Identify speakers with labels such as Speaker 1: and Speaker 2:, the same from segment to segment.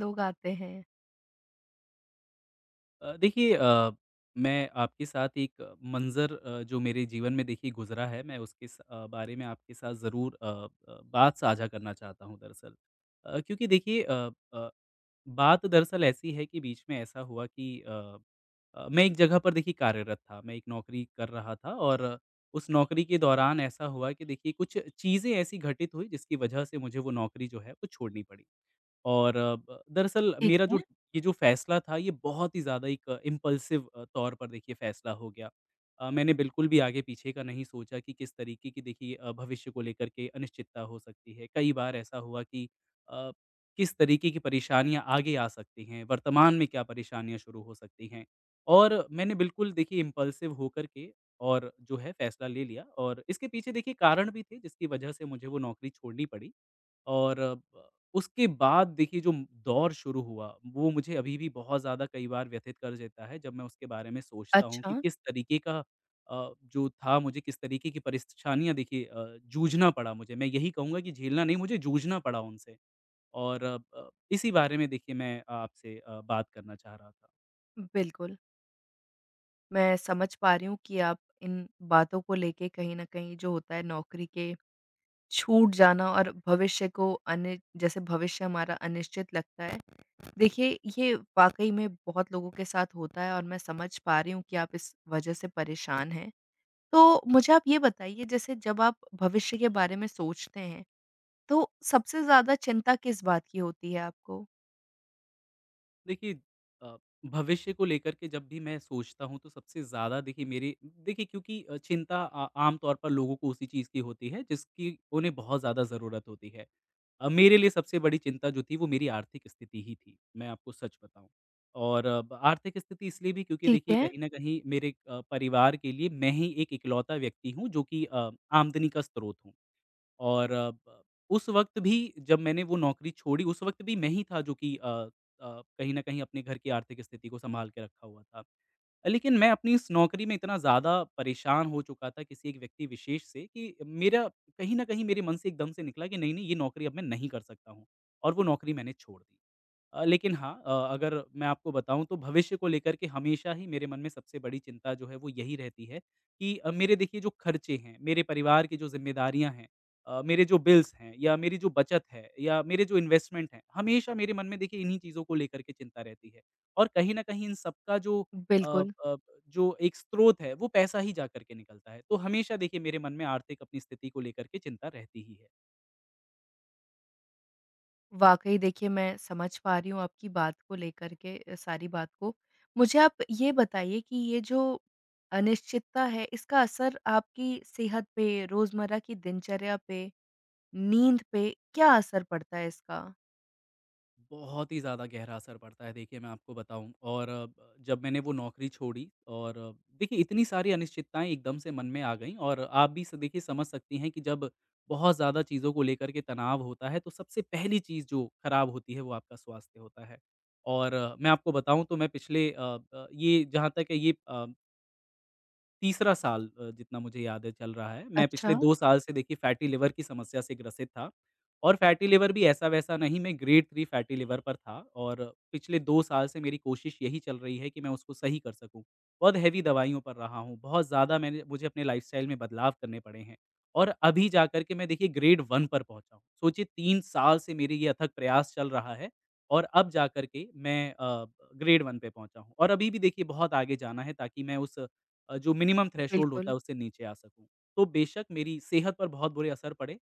Speaker 1: लोग आते हैं।
Speaker 2: देखिए मैं आपके साथ एक मंज़र जो मेरे जीवन में देखिए गुज़रा है, मैं बारे में आपके साथ ज़रूर बात साझा करना चाहता हूँ दरअसल। क्योंकि देखिए बात दरअसल ऐसी है कि बीच में ऐसा हुआ कि मैं एक जगह पर देखिए कार्यरत था, मैं एक नौकरी कर रहा था और उस नौकरी के दौरान ऐसा हुआ कि देखिए कुछ चीज़ें ऐसी घटित हुई जिसकी वजह से मुझे वो नौकरी जो है वो छोड़नी पड़ी। और अ, ब दरअसल
Speaker 1: ठीक
Speaker 2: मेरा
Speaker 1: है।
Speaker 2: जो ये जो फ़ैसला था ये बहुत ही ज़्यादा एक इम्पल्सिव तौर पर देखिए फ़ैसला हो गया। मैंने बिल्कुल भी आगे-पीछे का नहीं सोचा कि किस तरीके की देखिए भविष्य को लेकर के अनिश्चितता हो सकती है। कई बार ऐसा हुआ कि अ, किस तरीके की परेशानियाँ आगे आ सकती हैं, वर्तमान में क्या परेशानियाँ शुरू हो सकती हैं। और मैंने बिल्कुल देखिए इम्पल्सिव होकर के और जो है फ़ैसला ले लिया और इसके पीछे देखिए कारण भी थे जिसकी वजह से मुझे वो नौकरी छोड़नी पड़ी। और ब उसके बाद देखिए जो दौर शुरू हुआ, वो मुझे अभी भी बहुत ज़्यादा कई बार व्यथित कर देता है, जब मैं उसके बारे में सोचता हूँ कि
Speaker 1: अच्छा,
Speaker 2: किस तरीके का जो था मुझे किस तरीके की परेशानियाँ देखिए जूझना पड़ा मुझे। मैं यही कहूँगा कि झेलना नहीं, मुझे जूझना पड़ा उनसे और इसी बारे में देखिए मैं आपसे बात करना चाह रहा था।
Speaker 1: बिल्कुल, मैं समझ पा रही हूँ कि आप इन बातों को लेके कहीं न कहीं जो होता है, नौकरी के छूट जाना, और भविष्य को अनि जैसे भविष्य हमारा अनिश्चित लगता है। देखिए, ये वाक़ई में बहुत लोगों के साथ होता है, और मैं समझ पा रही हूँ कि आप इस वजह से परेशान हैं। तो मुझे आप ये बताइए, जैसे जब आप भविष्य के बारे में सोचते हैं, तो सबसे ज़्यादा चिंता किस बात की होती है आपको?
Speaker 2: देखिए, अ, भविष्य को लेकर के जब भी मैं सोचता हूँ तो सबसे ज़्यादा देखिए मेरी देखिए क्योंकि आम तौर पर लोगों को उसी चीज़ की होती है जिसकी उन्हें बहुत ज़्यादा ज़रूरत होती है। मेरे लिए सबसे बड़ी चिंता जो थी वो मेरी आर्थिक स्थिति ही थी, मैं आपको सच बताऊं। और आर्थिक स्थिति इसलिए भी क्योंकि
Speaker 1: ठीक
Speaker 2: देखिए
Speaker 1: है।
Speaker 2: कहीं ना कहीं मेरे परिवार के लिए मैं ही एक इकलौता व्यक्ति हूँ जो कि आमदनी का स्रोत हूँ। और अ, ब उस वक़्त भी जब मैंने वो नौकरी छोड़ी, उस वक़्त भी मैं ही था जो कि कहीं न कहीं अपने घर की आर्थिक स्थिति को सँभाल के रखा हुआ था। लेकिन मैं अपनी इस नौकरी में इतना ज़्यादा परेशान हो चुका था किसी एक व्यक्ति विशेष से कि मेरा कहीं न कहीं मेरे मन से एकदम से निकला कि नहीं-नहीं ये नौकरी अब मैं नहीं कर सकता हूँ और वो नौकरी मैंने छोड़ दी। लेकिन हाँ, अगर मैं आपको बताऊँ तो भविष्य को लेकर के हमेशा ही मेरे मन में सबसे बड़ी चिंता जो है वो यही रहती है कि मेरे देखिए जो खर्चे हैं, मेरे परिवार की जो ज़िम्मेदारियाँ हैं, मेरे जो बिल्स हैं या मेरी जो बचत है या मेरे जो इन्वेस्टमेंट हैं, हमेशा मेरे मन में देखिए इन्हीं चीज़ों को लेकर के चिंता रहती है। और कहीं न कहीं इन सब का अ
Speaker 1: बिल्कुल।
Speaker 2: अ, जो एक स्रोत है वो पैसा ही जा कर के निकलता है। तो हमेशा देखिए मेरे मन में आर्थिक अपनी स्थिति को लेकर के चिंता रहती ही है।
Speaker 1: वाक़ई देखिए, मैं समझ पा रही हूँ आपकी बात को लेकर के सारी बात को। मुझे आप ये बताइए कि ये जो अनिश्चितता है, इसका असर आपकी सेहत पे, रोज़मर्रा की दिनचर्या पे, नींद पे क्या असर पड़ता है इसका?
Speaker 2: बहुत ही ज़्यादा गहरा असर पड़ता है देखिए, मैं आपको बताऊँ। और जब मैंने वो नौकरी छोड़ी और देखिए इतनी सारी अनिश्चितताएँ एकदम से मन में आ गईं और आप भी स देखिए समझ सकती हैं कि जब बहुत ज़्यादा चीज़ों को लेकर के तनाव होता है तो सबसे पहली चीज़ जो खराब होती है वो आपका स्वास्थ्य होता है। और मैं आपको बताऊँ तो मैं पिछले ये जहाँ तक है ये तीसरा साल जितना मुझे याद है चल रहा है। मैं पिछले
Speaker 1: अच्छा।
Speaker 2: 2 साल से देखिए फैटी लिवर की समस्या से ग्रसित था और फैटी लिवर भी ऐसा-वैसा नहीं, मैं ग्रेड 3 फैटी लिवर पर था और पिछले 2 साल से मेरी कोशिश यही चल रही है कि मैं उसको सही कर सकूँ। बहुत हेवी दवाइयों पर रहा हूँ, बहुत ज़्यादा मैंने मुझे अपने लाइफ़स्टाइल में बदलाव करने पड़े हैं और अभी जा कर के मैं देखिए ग्रेड 1 पर पहुँचा हूँ। सोचिए 3 साल से मेरी ये अथक प्रयास चल रहा है और अब जा कर के मैं ग्रेड 1 पे पहुँचा हूँ और अभी भी देखिए बहुत आगे जाना है ताकि मैं उस जो मिनिमम थ्रेशोल्ड होता
Speaker 1: बिल्कुल।
Speaker 2: है उससे नीचे आ सकूँ। तो बेशक मेरी सेहत पर बहुत बुरे असर पड़े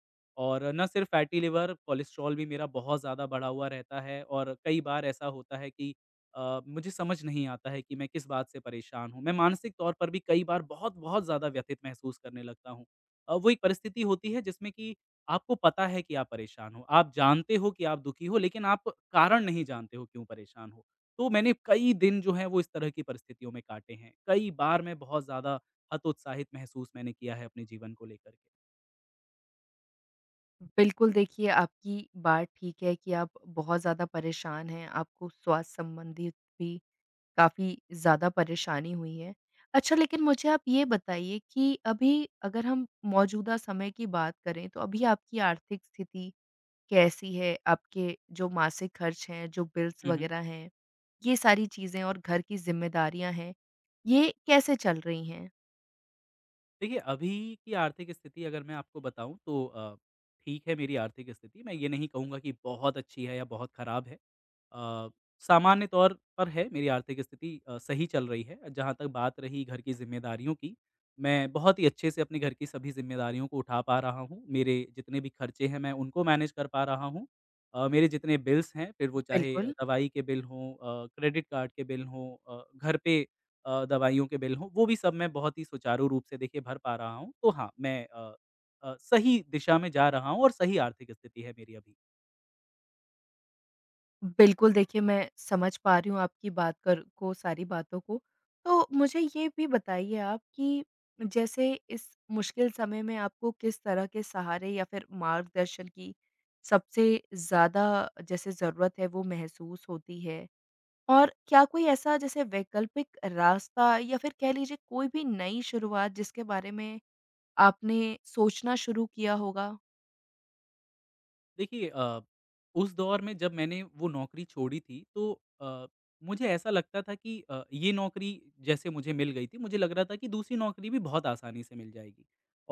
Speaker 2: और ना सिर्फ़ फैटी लिवर, कोलेस्ट्रॉल भी मेरा बहुत ज़्यादा बढ़ा हुआ रहता है और कई बार ऐसा होता है कि मुझे समझ नहीं आता है कि मैं किस बात से परेशान हूँ। मैं मानसिक तौर पर भी कई बार बहुत-बहुत ज़्यादा व्यथित महसूस करने लगता हूँ। वो एक परिस्थिति होती है जिसमें कि आपको पता है कि आप परेशान हो, आप जानते हो कि आप दुखी हो, लेकिन आप कारण नहीं जानते हो क्यों परेशान हो। तो मैंने कई दिन जो हैं वो इस तरह की परिस्थितियों में काटे हैं। कई बार मैं बहुत ज़्यादा हतोत्साहित महसूस मैंने किया है अपने जीवन को लेकर के।
Speaker 1: बिल्कुल, देखिए आपकी बात ठीक है कि आप बहुत ज़्यादा परेशान हैं, आपको स्वास्थ्य संबंधित भी काफ़ी ज़्यादा परेशानी हुई है। अच्छा, लेकिन मुझे आप ये बताइए कि अभी अगर हम मौजूदा समय की बात करें, तो अभी आपकी आर्थिक स्थिति कैसी है? आपके जो मासिक खर्च हैं, जो बिल्स
Speaker 2: हुँ, हुँ।
Speaker 1: वग़ैरह हैं, ये सारी चीज़ें और घर की ज़िम्मेदारियाँ हैं, ये कैसे चल रही हैं?
Speaker 2: देखिए, अभी की आर्थिक स्थिति अगर मैं आपको बताऊँ तो ठीक है मेरी आर्थिक स्थिति। मैं ये नहीं कहूँगा कि बहुत अच्छी है या बहुत खराब है। अ, सामान्य तौर पर है मेरी आर्थिक स्थिति, सही चल रही है। जहाँ तक बात रही घर की ज़िम्मेदारियों की, मैं बहुत ही अच्छे से अपने घर की सभी ज़िम्मेदारियों को उठा पा रहा हूँ। मेरे जितने भी खर्चे हैं मैं उनको मैनेज कर पा रहा हूँ। मेरे जितने बिल्स हैं, फिर वो चाहे
Speaker 1: बिल्कुल।
Speaker 2: दवाई के बिल हों, क्रेडिट कार्ड के बिल हों, घर पे दवाइयों के बिल हों, वो भी सब मैं बहुत ही सुचारू रूप से देखिए भर पा रहा हूँ। तो हाँ, मैं सही दिशा में जा रहा हूँ और सही आर्थिक स्थिति है मेरी अभी।
Speaker 1: बिल्कुल, देखिए मैं समझ पा रही हूँ आपकी बात कर को सारी बातों को। तो मुझे ये भी बताइए आप कि जैसे इस मुश्किल समय में आपको किस तरह के सहारे या फिर मार्गदर्शन की सबसे ज़्यादा जैसे ज़रूरत है, वो महसूस होती है? और क्या कोई ऐसा जैसे वैकल्पिक रास्ता, या फिर कह लीजिए कोई भी नई शुरुआत, जिसके बारे में आपने सोचना शुरू किया होगा?
Speaker 2: देखिए, उस दौर में जब मैंने वो नौकरी छोड़ी थी तो अ, मुझे ऐसा लगता था कि ये नौकरी जैसे मुझे मिल गई थी, मुझे लग रहा था कि दूसरी नौकरी भी बहुत आसानी से मिल जाएगी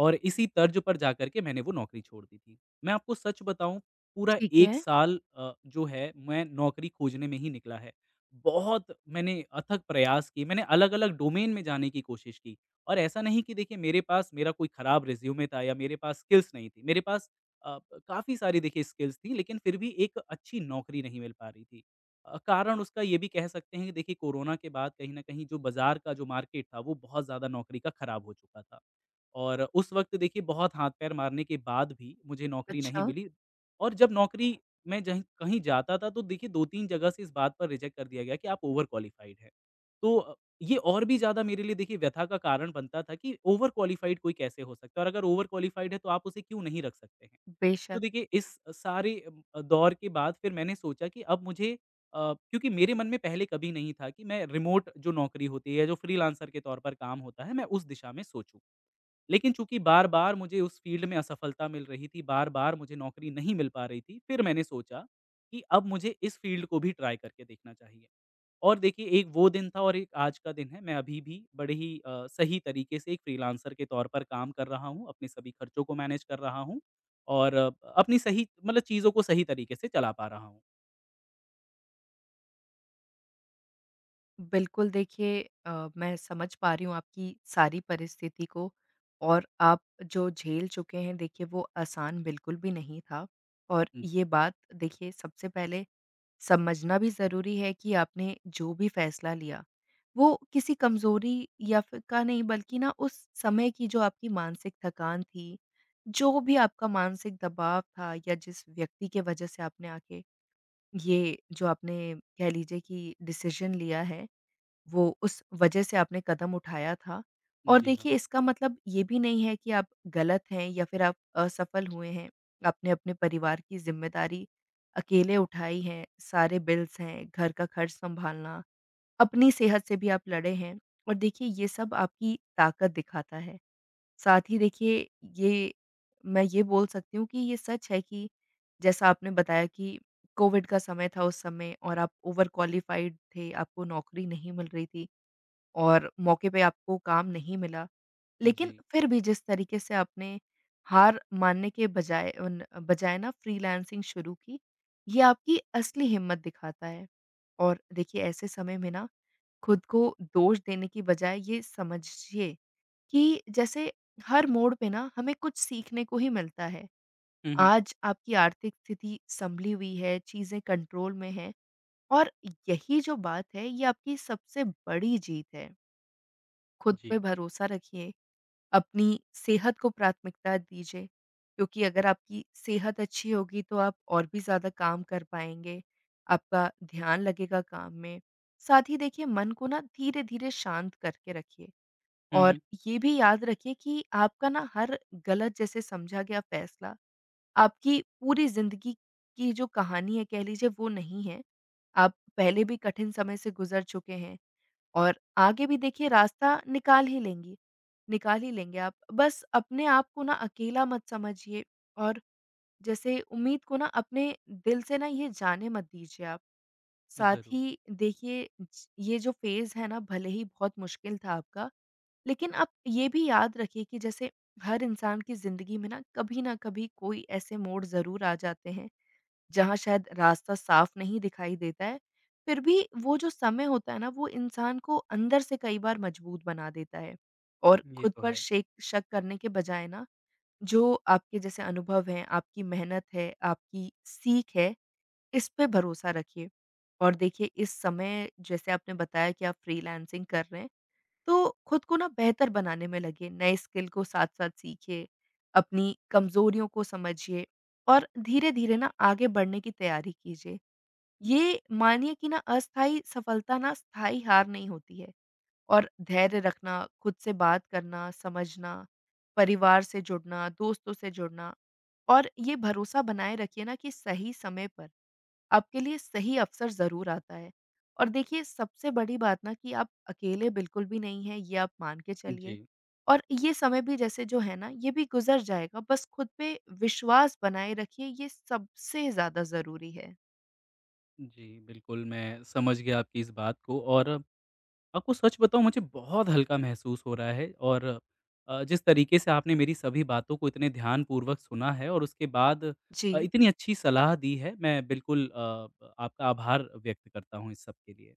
Speaker 2: और इसी तर्ज पर जाकर के मैंने वो नौकरी छोड़ दी थी। मैं आपको सच बताऊं, पूरा
Speaker 1: ठीक
Speaker 2: एक
Speaker 1: है।
Speaker 2: साल जो है मैं नौकरी खोजने में ही निकला है। बहुत मैंने अथक प्रयास किए, मैंने अलग अलग डोमेन में जाने की कोशिश की और ऐसा नहीं कि देखिए मेरे पास मेरा कोई खराब रिज्यूमे था या मेरे पास स्किल्स नहीं थी। मेरे पास अ, काफ़ी सारी देखिए स्किल्स थी, लेकिन फिर भी एक अच्छी नौकरी नहीं मिल पा रही थी। कारण उसका ये भी कह सकते हैं कि देखिए कोरोना के बाद कहीं न कहीं जो बाज़ार का जो मार्केट था वो बहुत ज़्यादा नौकरी का ख़राब हो चुका था। और उस वक़्त देखिए बहुत हाथ-पैर मारने के बाद भी मुझे नौकरी नहीं
Speaker 1: अच्छा,
Speaker 2: मिली। और जब नौकरी मैं जहीं कहीं जाता था तो देखिए 2-3 जगह से इस बात पर रिजेक्ट कर दिया गया कि आप ओवर क्वालिफ़ाइड हैं। तो ये और भी ज़्यादा मेरे लिए देखिए व्यथा का कारण बनता था कि ओवर क्वालिफ़ाइड कोई कैसे हो सकता है और अगर ओवर क्वालिफ़ाइड है तो आप उसे क्यों नहीं रख सकते हैं? तो
Speaker 1: बेशक।
Speaker 2: देखिए इस सारे दौर के बाद फिर मैंने सोचा कि अब मुझे क्योंकि मेरे मन में पहले कभी नहीं था कि मैं रिमोट जो नौकरी होती है, जो फ्रीलांसर के तौर पर काम होता है, मैं उस दिशा में सोचूँ। लेकिन चूँकि बार-बार मुझे उस फ़ील्ड में असफलता मिल रही थी, बार-बार मुझे नौकरी नहीं मिल पा रही थी, फिर मैंने सोचा कि अब मुझे इस फ़ील्ड को भी ट्राई करके देखना चाहिए। और देखिए एक वो दिन था और एक आज का दिन है, मैं अभी भी बड़े ही सही तरीके से एक फ्रीलांसर के तौर पर काम कर रहा हूँ, अपने सभी खर्चों को मैनेज कर रहा हूँ और अपनी सही मतलब चीज़ों को सही तरीके से चला पा रहा हूँ।
Speaker 1: बिल्कुल, देखिए मैं समझ पा रही हूँ आपकी सारी परिस्थिति को, और आप जो झेल चुके हैं देखिए वो आसान बिल्कुल भी नहीं था। और
Speaker 2: हुँ,
Speaker 1: ये बात देखिए सबसे पहले समझना भी ज़रूरी है कि आपने जो भी फ़ैसला लिया, वो किसी कमज़ोरी या फिर का नहीं, बल्कि ना उस समय की जो आपकी मानसिक थकान थी, जो भी आपका मानसिक दबाव था, या जिस व्यक्ति के वजह से आपने आके ये जो आपने कह लीजिए कि डिसीज़न लिया है, वो उस वजह से आपने कदम उठाया था। और
Speaker 2: जी हाँ।
Speaker 1: देखिए इसका मतलब ये भी नहीं है कि आप गलत हैं या फिर आप असफल हुए हैं। आपने अपने परिवार की ज़िम्मेदारी अकेले उठाई है, सारे बिल्स हैं, घर का खर्च सँभालना, अपनी सेहत से भी आप लड़े हैं, और देखिए ये सब आपकी ताकत दिखाता है। साथ ही देखिए, ये मैं ये बोल सकती हूँ कि ये सच है कि जैसा आपने बताया कि कोविड का समय था उस समय, और आप ओवर क्वालिफ़ाइड थे, आपको नौकरी नहीं मिल रही थी। और मौके पे आपको काम नहीं मिला। लेकिन
Speaker 2: जी।
Speaker 1: फिर भी जिस तरीके से आपने हार मानने के बजाय ना फ्रीलांसिंग शुरू की, ये आपकी असली हिम्मत दिखाता है। और देखिए ऐसे समय में ना खुद को दोष देने की बजाय ये समझिए कि जैसे हर मोड़ पे ना हमें कुछ सीखने को ही मिलता है।
Speaker 2: हुँ, हुँ।
Speaker 1: आज आपकी आर्थिक स्थिति सँभली हुई है, चीज़ें कंट्रोल में हैं, और यही जो बात है ये आपकी सबसे बड़ी जीत है। खुद
Speaker 2: जी।
Speaker 1: पे भरोसा रखिए, अपनी सेहत को प्राथमिकता दीजिए, क्योंकि अगर आपकी सेहत अच्छी होगी तो आप और भी ज़्यादा काम कर पाएँगे, आपका ध्यान लगेगा काम में। साथ ही देखिए मन को ना धीरे-धीरे शांत करके रखिए,
Speaker 2: हुँ,
Speaker 1: और
Speaker 2: हुँ।
Speaker 1: ये भी याद रखिए कि आपका ना हर गलत जैसे समझा गया फैसला आपकी पूरी ज़िंदगी की जो कहानी है कह लीजिए वो नहीं है। आप पहले भी कठिन समय से गुज़र चुके हैं। और आगे भी देखिए रास्ता निकाल ही लेंगे आप। बस अपने आप को ना अकेला मत समझिए, और जैसे उम्मीद को ना अपने दिल से ना ये जाने मत दीजिए आप। साथ
Speaker 2: ज़रूर,
Speaker 1: ही देखिए ज ये जो फ़ेज़ है ना भले ही बहुत मुश्किल था आपका, लेकिन आप ये भी याद रखिए कि जैसे हर इंसान की ज़िंदगी में ना कभी न कभी कोई ऐसे मोड़ ज़रूर आ जाते हैं, जहाँ शायद रास्ता साफ नहीं दिखाई देता है, फिर भी वो जो समय होता है ना, वो इंसान को अंदर से कई बार मजबूत बना देता है। और
Speaker 2: ये
Speaker 1: खुद
Speaker 2: तो
Speaker 1: पर
Speaker 2: है।
Speaker 1: शेक शक करने के बजाय ना, जो आपके जैसे अनुभव हैं, आपकी मेहनत है, आपकी सीख है, इस पे भरोसा रखिए। और देखिए इस समय जैसे आपने बताया कि आप फ्रीलांसिंग कर रहे हैं, तो खुद को ना बेहतर बनाने में लगे, नए स्किल को साथ-साथ सीखिए, अपनी कमज़ोरियों को समझिए, और धीरे-धीरे ना आगे बढ़ने की तैयारी कीजिए। ये मानिए कि ना अस्थायी सफलता, ना स्थायी हार नहीं होती है, और धैर्य रखना, खुद से बात करना, समझना, परिवार से जुड़ना, दोस्तों से जुड़ना, और ये भरोसा बनाए रखिए ना कि सही समय पर आपके लिए सही अवसर ज़रूर आता है। और देखिए सबसे बड़ी बात ना कि आप अकेले बिल्कुल भी नहीं हैं, ये आप मान के चलिए।
Speaker 2: जी।
Speaker 1: और ये समय भी जैसे जो है ना ये भी गुज़र जाएगा, बस खुद पे विश्वास बनाए रखिए, ये सबसे ज़्यादा ज़रूरी है।
Speaker 2: जी, बिल्कुल, मैं समझ गया आपकी इस बात को। और आपको सच बताऊँ मुझे बहुत हल्का महसूस हो रहा है और जिस तरीके से आपने मेरी सभी बातों को इतने ध्यानपूर्वक सुना है और उसके बाद
Speaker 1: जी।
Speaker 2: इतनी अच्छी सलाह दी है, मैं बिल्कुल आपका आभार व्यक्त करता हूँ इस सब के लिए।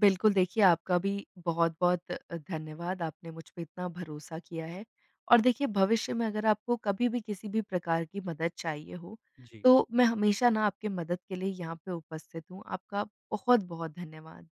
Speaker 1: बिल्कुल, देखिए आपका भी बहुत-बहुत धन्यवाद, आपने मुझ पे इतना भरोसा किया है। और देखिए भविष्य में अगर आपको कभी भी किसी भी प्रकार की मदद चाहिए हो,
Speaker 2: जी।
Speaker 1: तो मैं हमेशा ना आपके मदद के लिए यहाँ पे उपस्थित हूँ। आपका बहुत-बहुत धन्यवाद।